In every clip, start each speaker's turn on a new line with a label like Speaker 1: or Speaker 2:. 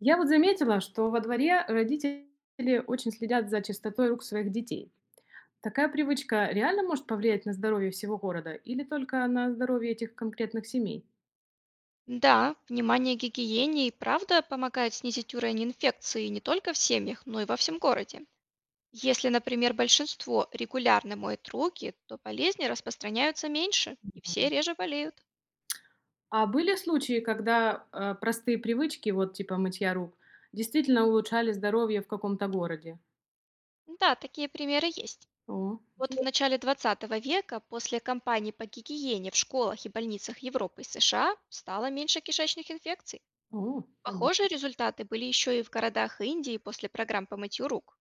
Speaker 1: Я вот заметила, что во дворе родители очень следят за чистотой рук своих детей. Такая привычка реально может повлиять на здоровье всего города или только на здоровье этих конкретных семей?
Speaker 2: Да, внимание к гигиене и правда помогает снизить уровень инфекции не только в семьях, но и во всем городе. Если, например, большинство регулярно моет руки, то болезни распространяются меньше, и все реже болеют.
Speaker 1: А были случаи, когда простые привычки, вот типа мытья рук, действительно улучшали здоровье в каком-то городе?
Speaker 2: Да, такие примеры есть.
Speaker 1: О,
Speaker 2: Вот в
Speaker 1: интересно.
Speaker 2: начале 20 века после кампаний по гигиене в школах и больницах Европы и США стало меньше кишечных инфекций.
Speaker 1: О,
Speaker 2: Похожие
Speaker 1: понятно.
Speaker 2: результаты были еще и в городах Индии после программ по мытью рук.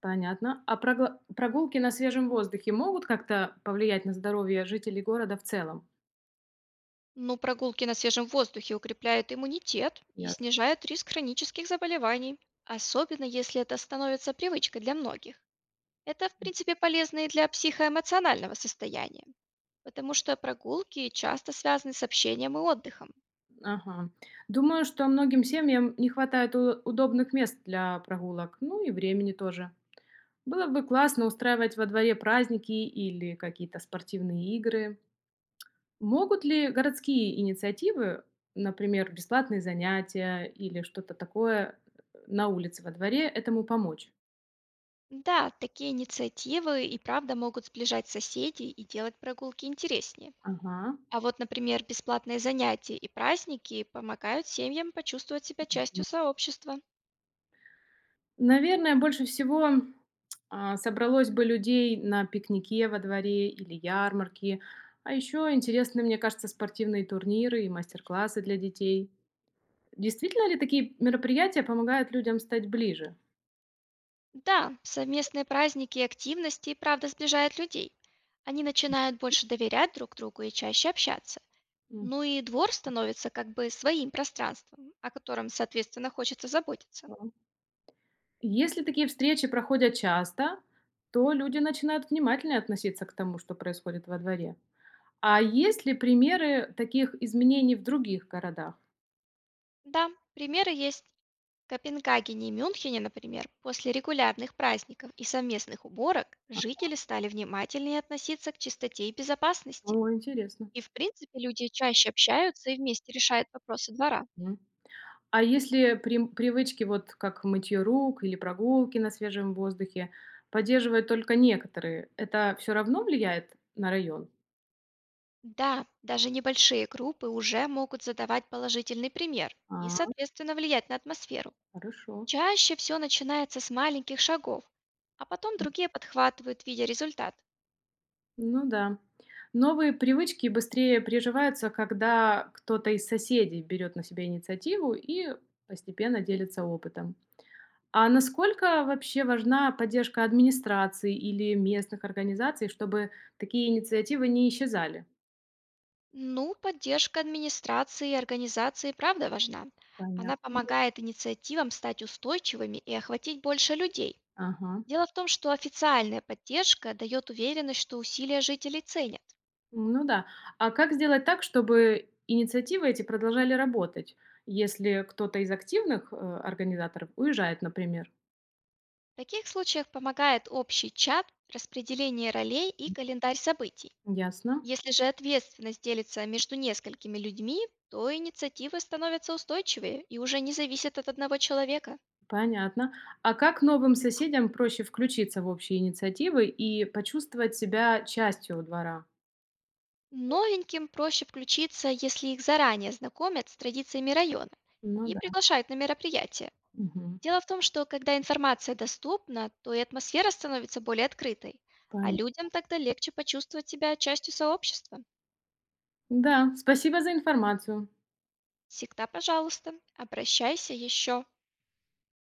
Speaker 1: Понятно. А прогулки на свежем воздухе могут как-то повлиять на здоровье жителей города в целом?
Speaker 2: Ну, прогулки на свежем воздухе укрепляют иммунитет и снижают риск хронических заболеваний, особенно если это становится привычкой для многих. Это, в принципе, полезно и для психоэмоционального состояния, потому что прогулки часто связаны с общением и отдыхом.
Speaker 1: Ага. Думаю, что многим семьям не хватает удобных мест для прогулок, ну и времени тоже. Было бы классно устраивать во дворе праздники или какие-то спортивные игры. Могут ли городские инициативы, например, бесплатные занятия или что-то такое на улице во дворе, этому помочь?
Speaker 2: Да, такие инициативы и правда могут сближать соседей и делать прогулки интереснее.
Speaker 1: Ага.
Speaker 2: А вот, например, бесплатные занятия и праздники помогают семьям почувствовать себя частью сообщества.
Speaker 1: Наверное, больше всего, а, собралось бы людей на пикнике во дворе или ярмарке, а еще интересны, мне кажется, спортивные турниры и мастер-классы для детей. Действительно ли такие мероприятия помогают людям стать ближе?
Speaker 2: Да, совместные праздники и активности, правда, сближают людей. Они начинают больше доверять друг другу и чаще общаться. Ну и двор становится как бы своим пространством, о котором, соответственно, хочется заботиться.
Speaker 1: Мгм. Если такие встречи проходят часто, то люди начинают внимательнее относиться к тому, что происходит во дворе. А есть ли примеры таких изменений в других городах?
Speaker 2: Да, примеры есть. В Копенгагене и Мюнхене, например, после регулярных праздников и совместных уборок
Speaker 1: А,
Speaker 2: жители стали внимательнее относиться к чистоте и безопасности.
Speaker 1: о, интересно.
Speaker 2: И, в принципе, люди чаще общаются и вместе решают вопросы двора.
Speaker 1: М. А если прим привычки, вот как мытье рук или прогулки на свежем воздухе, поддерживают только некоторые, это все равно влияет на район?
Speaker 2: Да, даже небольшие группы уже могут задавать положительный пример и,
Speaker 1: А,
Speaker 2: соответственно, влиять на атмосферу.
Speaker 1: хорошо.
Speaker 2: Чаще все начинается с маленьких шагов, а потом другие подхватывают, видя результат.
Speaker 1: Ну да. Новые привычки быстрее приживаются, когда кто-то из соседей берет на себя инициативу и постепенно делится опытом. А насколько вообще важна поддержка администрации или местных организаций, чтобы такие инициативы не исчезали?
Speaker 2: Ну, поддержка администрации и организации правда важна. Она
Speaker 1: Понятно.
Speaker 2: помогает инициативам стать устойчивыми и охватить больше людей.
Speaker 1: Ага.
Speaker 2: Дело в том, что официальная поддержка дает уверенность, что усилия жителей ценят.
Speaker 1: Ну да. А как сделать так, чтобы инициативы эти продолжали работать, если кто-то из активных, организаторов уезжает, например?
Speaker 2: В таких случаях помогает общий чат, распределение ролей и календарь событий.
Speaker 1: Ясно,
Speaker 2: Если же ответственность делится между несколькими людьми, то инициативы становятся устойчивее и уже не зависят от одного человека.
Speaker 1: понятно. А как новым соседям проще включиться в общие инициативы и почувствовать себя частью двора?
Speaker 2: Новеньким проще включиться, если их заранее знакомят с традициями района
Speaker 1: Ну
Speaker 2: и
Speaker 1: да.
Speaker 2: приглашают на мероприятия.
Speaker 1: Мгм.
Speaker 2: Дело в том, что когда информация доступна, то и атмосфера становится более открытой, а
Speaker 1: Понятно.
Speaker 2: людям тогда легче почувствовать себя частью сообщества.
Speaker 1: Да, спасибо за информацию.
Speaker 2: Всегда, пожалуйста, обращайся еще.